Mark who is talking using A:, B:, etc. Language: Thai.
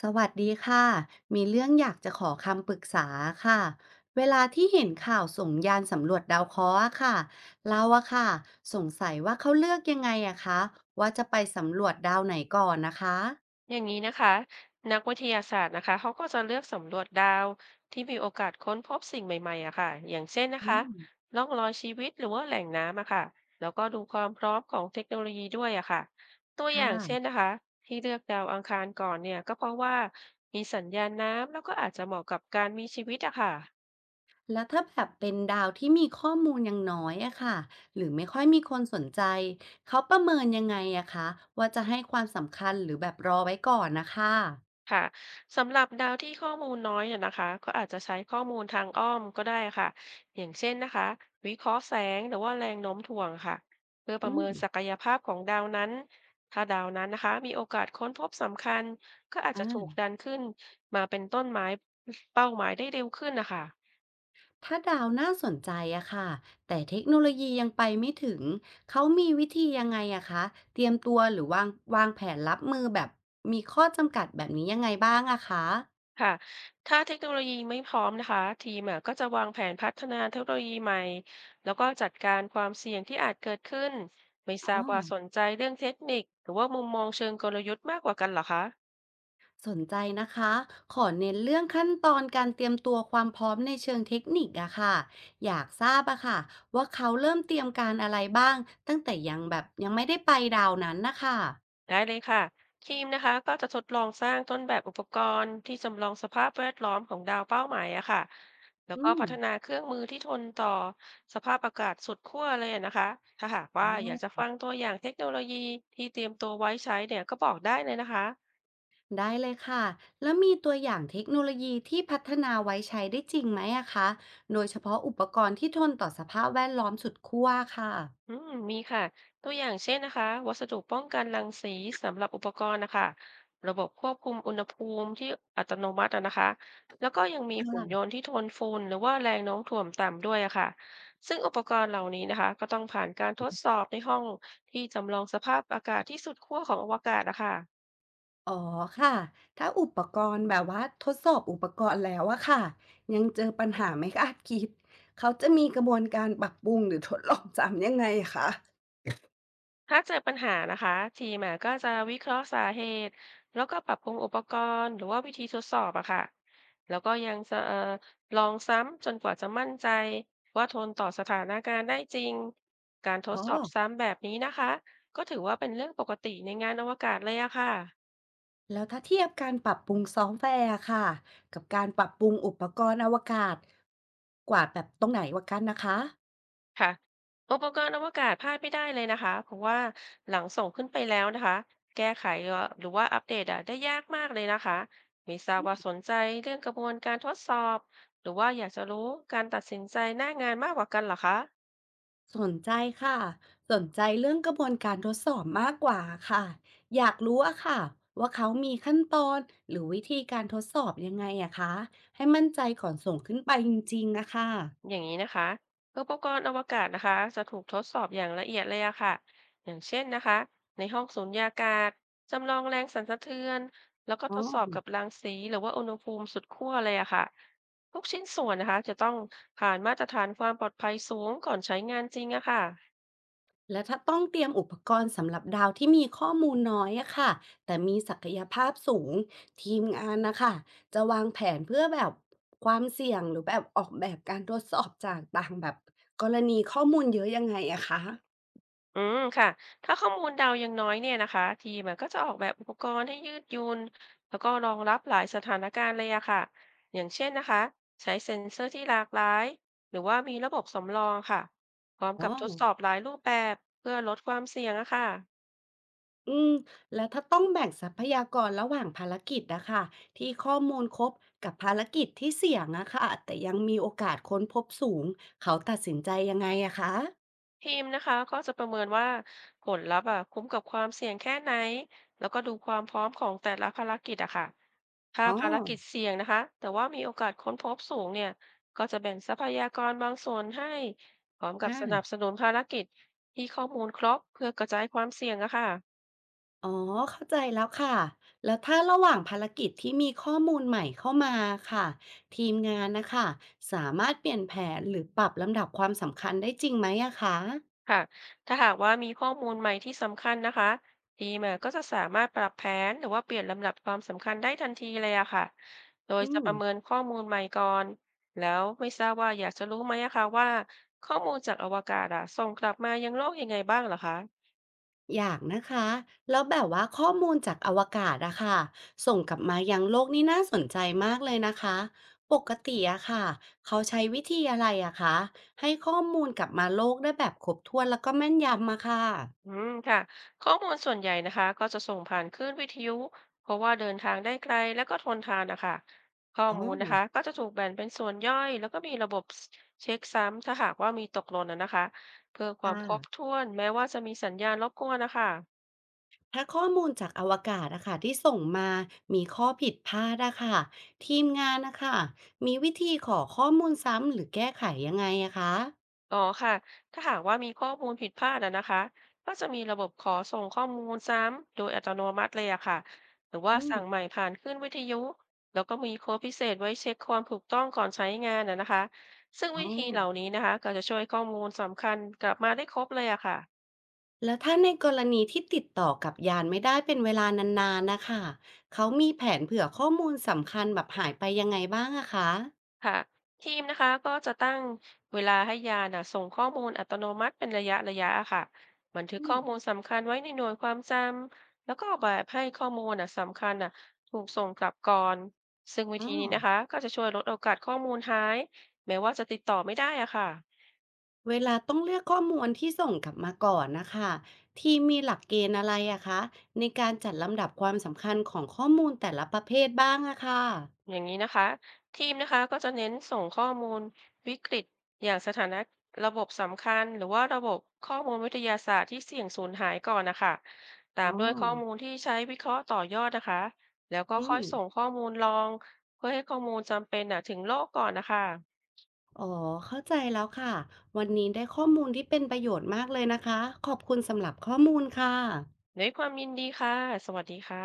A: สวัสดีค่ะมีเรื่องอยากจะขอคำปรึกษาค่ะเวลาที่เห็นข่าวส่งยานสำรวจดาวเคราะห์อะค่ะเราอะค่ะสงสัยว่าเขาเลือกยังไงอะคะว่าจะไปสำรวจดาวไหนก่อนนะคะ
B: อย่างนี้นะคะนักวิทยาศาสตร์นะคะเขาก็จะเลือกสำรวจดาวที่มีโอกาสค้นพบสิ่งใหม่ๆอะค่ะอย่างเช่นนะ
A: อื
B: คะ
A: ม
B: ร่องรอยชีวิตหรือว่าแหล่งน้ำอะค่ะแล้วก็ดูความพร้อมของเทคโนโลยีด้วยอะค่ะตัว
A: ค
B: อย่างเช่น
A: ่ะ
B: นะคะที่เลือกดาวอังคารก่อนเนี่ยก็เพราะว่ามีสัญญาณน้ำแล้วก็อาจจะเหมาะกับการมีชีวิตอะค่ะ
A: แล้วถ้าแบบเป็นดาวที่มีข้อมูลยังน้อยอะค่ะหรือไม่ค่อยมีคนสนใจเขาประเมินยังไงอะคะว่าจะให้ความสำคัญหรือแบบรอไว้ก่อนนะคะ
B: ค่ะสำหรับดาวที่ข้อมูลน้อยเนี่ยนะคะก็อาจจะใช้ข้อมูลทางอ้อมก็ได้ค่ะอย่างเช่นนะคะวิเคราะห์แสงหรือว่าแรงโน้มถ่วงค่ะเพื่อป
A: อื
B: ระ
A: ม
B: เมินศักยภาพของดาวนั้นถ้าดาวนั้นนะคะมีโอกาสค้นพบสำคัญก็อาจ
A: อ่
B: จะถูก
A: า
B: ดันขึ้นมาเป็นต้นไม้เป้าหมายได้เร็วขึ้นนะคะ
A: ถ้าดาวน่าสนใจอะค่ะแต่เทคโนโลยียังไปไม่ถึงเขามีวิธียังไงอะคะเตรียมตัวหรือวางแผนรับมือแบบมีข้อจำกัดแบบนี้ยังไงบ้างอะคะ
B: ค่ะถ้าเทคโนโลยีไม่พร้อมนะคะทีมอะก็จะวางแผนพัฒนาเทคโนโลยีใหม่แล้วก็จัดการความเสี่ยงที่อาจเกิดขึ้นไม่ท
A: อ๋
B: รา
A: อ
B: บว่าสนใจเรื่องเทคนิคหรือว่ามุมมองเชิงกลยุทธ์มากกว่ากันเหรอคะ
A: สนใจนะคะขอเน้นเรื่องขั้นตอนการเตรียมตัวความพร้อมในเชิงเทคนิคอะค่ะอยากทราบอะค่ะว่าเขาเริ่มเตรียมการอะไรบ้างตั้งแต่ยังแบบยังไม่ได้ไปดาวนั้นนะคะ
B: ได้เลยค่ะทีมนะคะก็จะทดลองสร้างต้นแบบอุปกรณ์ที่จำลองสภาพแวดล้อมของดาวเป้าหมายอะค่ะแล้ว
A: อื
B: ก็
A: ม
B: พัฒนาเครื่องมือที่ทนต่อสภาพอากาศสุดขั้วเลยอะนะคะถ้าหากว่า
A: อ๋
B: อยากจะ
A: อ
B: ฟังตัวอย่างเทคโนโลยีที่เตรียมตัวไว้ใช้เนี่ยก็บอกได้เลยนะคะ
A: ได้เลยค่ะ แล้วมีตัวอย่างเทคโนโลยีที่พัฒนาไว้ใช้ได้จริงไหมอะคะโดยเฉพาะอุปกรณ์ที่ทนต่อสภาพแวดล้อมสุดขั้วค่ะ
B: อืมมีค่ะตัวอย่างเช่นนะคะวัสดุป้องกันรังสีสำหรับอุปกรณ์นะคะระบบควบคุมอุณหภูมิที่อัตโนมัติอะนะคะแล้วก็ยังมีหุ่น
A: ค่ะ
B: ยนต์ที่ทนฝุ่นหรือว่าแรงโน้มถ่วงต่ำด้วยอะค่ะซึ่งอุปกรณ์เหล่านี้นะคะก็ต้องผ่านการทดสอบในห้องที่จำลองสภาพอากาศที่สุดขั้วของอวกาศนะคะ
A: อ๋อค่ะ ถ้าอุปกรณ์แบบว่าทดสอบอุปกรณ์แล้วอะค่ะ ยังเจอปัญหาไม่คาดคิด เขาจะมีกระบวนการปรับปรุงหรือทดลองซ้ำยังไงคะ
B: ถ้าเจอปัญหานะคะทีมอะก็จะวิเคราะห์สาเหตุแล้วก็ปรับปรุงอุปกรณ์หรือว่าวิธีทดสอบอะค่ะแล้วก็ยังจะลองซ้ำจนกว่าจะมั่นใจว่าทนต่อสถานการณ์ได้จริงการทด
A: อ๋อ
B: สอบซ้ำแบบนี้นะคะก็ถือว่าเป็นเรื่องปกติในงานอวกาศเลยอะค่ะ
A: แล้วถ้าเทียบการปรับปรุงซอฟต์แวร์ค่ะกับการปรับปรุงอุปกรณ์อวกาศกว่าแบบตรงไหนกว่ากันนะคะ
B: ค่ะอุปกรณ์อวกาศพลาดไม่ได้เลยนะคะ เพราะว่าหลังส่งขึ้นไปแล้วนะคะ แก้ไขอ่ะหรือว่าอัปเดตอ่ะได้ยากมากเลยนะคะไม่ทราบว่าสนใจเรื่องกระบวนการทดสอบหรือว่าอยากจะรู้การตัดสินใจหน้างานมากกว่ากันเหรอคะ
A: สนใจค่ะสนใจเรื่องกระบวนการทดสอบมากกว่าค่ะอยากรู้อะค่ะว่าเขามีขั้นตอนหรือวิธีการทดสอบยังไงอะคะให้มั่นใจก่อนส่งขึ้นไปจริงๆนะคะ
B: อย่างนี้นะคะอุปกรณ์อวกาศนะคะจะถูกทดสอบอย่างละเอียดเลยอะค่ะอย่างเช่นนะคะในห้องสุญญากาศจำลองแรงสั่นสะเทือนแล้วก็
A: อ๋
B: ท
A: อ
B: ดสอบกับรังสีหรือว่าอุณหภูมิสุดขั้วเลยอะค่ะทุกชิ้นส่วนนะคะจะต้องผ่านมาตรฐานความปลอดภัยสูงก่อนใช้งานจริงอะค่ะ
A: และถ้าต้องเตรียมอุปกรณ์สำหรับดาวที่มีข้อมูลน้อยอะค่ะแต่มีศักยภาพสูงทีมงานนะคะจะวางแผนเพื่อแบบความเสี่ยงหรือแบบออกแบบการทดสอบจากต่างแบบกรณีข้อมูลเยอะยังไงอะคะ
B: อืมค่ะ ถ้าข้อมูลเดาวยังน้อยเนี่ยนะคะทีมอะก็จะออกแบบอุปกรณ์ให้ยืดหยุ่นแล้วก็รองรับหลายสถานการณ์เลยอะค่ะอย่างเช่นนะคะใช้เซ็นเซอร์ที่หลากหลายหรือว่ามีระบบสำรองค่ะพร้อม
A: อ๋
B: กั
A: อ
B: บทดสอบหลายรูปแบบเพื่อลดความเสี่ยงอะค่ะ
A: อืมแล้วถ้าต้องแบ่งทรัพยากรระหว่างภารกิจนะคะที่ข้อมูลครบกับภารกิจที่เสี่ยงอะคะแต่ยังมีโอกาสค้นพบสูงเขาตัดสินใจยังไงอะคะ
B: ทีมนะคะก็จะประเมินว่าผลลัพธ์อะคุ้มกับความเสี่ยงแค่ไหนแล้วก็ดูความพร้อมของแต่ละภารกิจอะค่ะถ้า
A: อ๋อ
B: ภารกิจเสี่ยงนะคะแต่ว่ามีโอกาสค้นพบสูงเนี่ยก็จะแบ่งทรัพยากรบางส่วนให้พร้อมกับ
A: อา
B: สนับสนุนภารกิจที่ข้อมูลครบเพื่อกระจายความเสี่ยงอะค่ะ
A: อ๋อเข้าใจแล้วค่ะแล้วถ้าระหว่างภารกิจที่มีข้อมูลใหม่เข้ามาค่ะทีมงานนะคะสามารถเปลี่ยนแผนหรือปรับลำดับความสำคัญได้จริงไหมอะคะ
B: ค่ะถ้าหากว่ามีข้อมูลใหม่ที่สำคัญนะคะทีมอะก็จะสามารถปรับแผนหรือว่าเปลี่ยนลำดับความสำคัญได้ทันทีเลยอะค่ะ โดย
A: อื
B: จะ
A: ม
B: ประเมินข้อมูลใหม่ก่อน แล้วไม่ทราบว่าอยากจะรู้ไหมอะคะว่าข้อมูลจากอวกาศอะส่งกลับมายังโลกยังไงบ้างเหรอคะ
A: อยากนะคะแล้วแบบว่าข้อมูลจากอวกาศอะค่ะส่งกลับมายังโลกนี่น่าสนใจมากเลยนะคะปกติอะค่ะเขาใช้วิธีอะไรอะคะให้ข้อมูลกลับมาโลกได้แบบครบถ้วนแล้วก็แม่นยำอะค่ะ
B: อืมค่ะข้อมูลส่วนใหญ่นะคะก็จะส่งผ่านคลื่นวิทยุเพราะว่าเดินทางได้ไกลและก็ทนทานนะคะข้อ
A: อ๋อ
B: มูลนะคะก็จะถูกแบ่งเป็นส่วนย่อยแล้วก็มีระบบเช็คซ้ำถ้าหากว่ามีตกหล่นนะนะคะเพื่อความ
A: ค่ะ
B: ครบถ้วนแม้ว่าจะมีสัญญาณรบกวนนะคะ
A: ถ้าข้อมูลจากอวกาศอะค่ะที่ส่งมามีข้อผิดพลาดอะค่ะทีมงานนะคะมีวิธีขอข้อมูลซ้ำหรือแก้ไขยังไงอะคะ
B: อ๋อค่ะ ถ้าหากว่ามีข้อมูลผิดพลาดอะนะคะก็จะมีระบบขอส่งข้อมูลซ้ำโดยอัตโนมัติเลยอะค่ะ หรือว่า
A: อืม
B: สั่งใหม่ผ่านขึ้นวิทยุ แล้วก็มีโค้ดพิเศษไว้เช็คความถูกต้องก่อนใช้งานอะนะคะซึ่ง
A: อ๋
B: วิ
A: อ
B: ธีเหล่านี้นะคะก็จะช่วยข้อมูลสำคัญกลับมาได้ครบเลยอะค่ะ
A: แล้วถ้าในกรณีที่ติดต่อกับยานไม่ได้เป็นเวลานานๆนะคะเขามีแผนเผื่อข้อมูลสำคัญแบบหายไปยังไงบ้างอะคะ
B: ค่ะทีมนะคะก็จะตั้งเวลาให้ยานน่ะส่งข้อมูลอัตโนมัติเป็นระยะระยะอะค่ะบันทึก
A: อื
B: ข้อ
A: ม
B: มูลสำคัญไว้ในหน่วยความจำแล้วก็แบบให้ข้อมูลน่ะสำคัญน่ะถูกส่งกลับก่อนซึ่งวิ
A: อ๋อ
B: ธีนี้นะคะก็จะช่วยลดโอกาสข้อมูลหายแม้ว่าจะติดต่อไม่ได้อะค่ะ
A: เวลาต้องเลือกข้อมูลที่ส่งกลับมาก่อนนะคะทีมมีหลักเกณฑ์อะไรอะคะในการจัดลำดับความสำคัญของข้อมูลแต่ละประเภทบ้างอะค่ะ
B: อย่างนี้นะคะทีมนะคะก็จะเน้นส่งข้อมูลวิกฤตอย่างสถานะระบบสำคัญหรือว่าระบบข้อมูลวิทยาศาสตร์ที่เสี่ยงสูญหายก่อนนะคะตา
A: อ๋
B: ม
A: อ
B: ด้วยข้อมูลที่ใช้วิเคราะห์ต่อยอดนะคะแล้วก็
A: อื
B: ค่อย
A: ม
B: ส่งข้อมูลรองเพื่อให้ข้อมูลจำเป็นนะถึงโลกก่อนนะคะ
A: อ๋อเข้าใจแล้วค่ะวันนี้ได้ข้อมูลที่เป็นประโยชน์มากเลยนะคะขอบคุณสำหรับข้อมูลค่ะ
B: ด้วยความยินดีค่ะสวัสดีค่ะ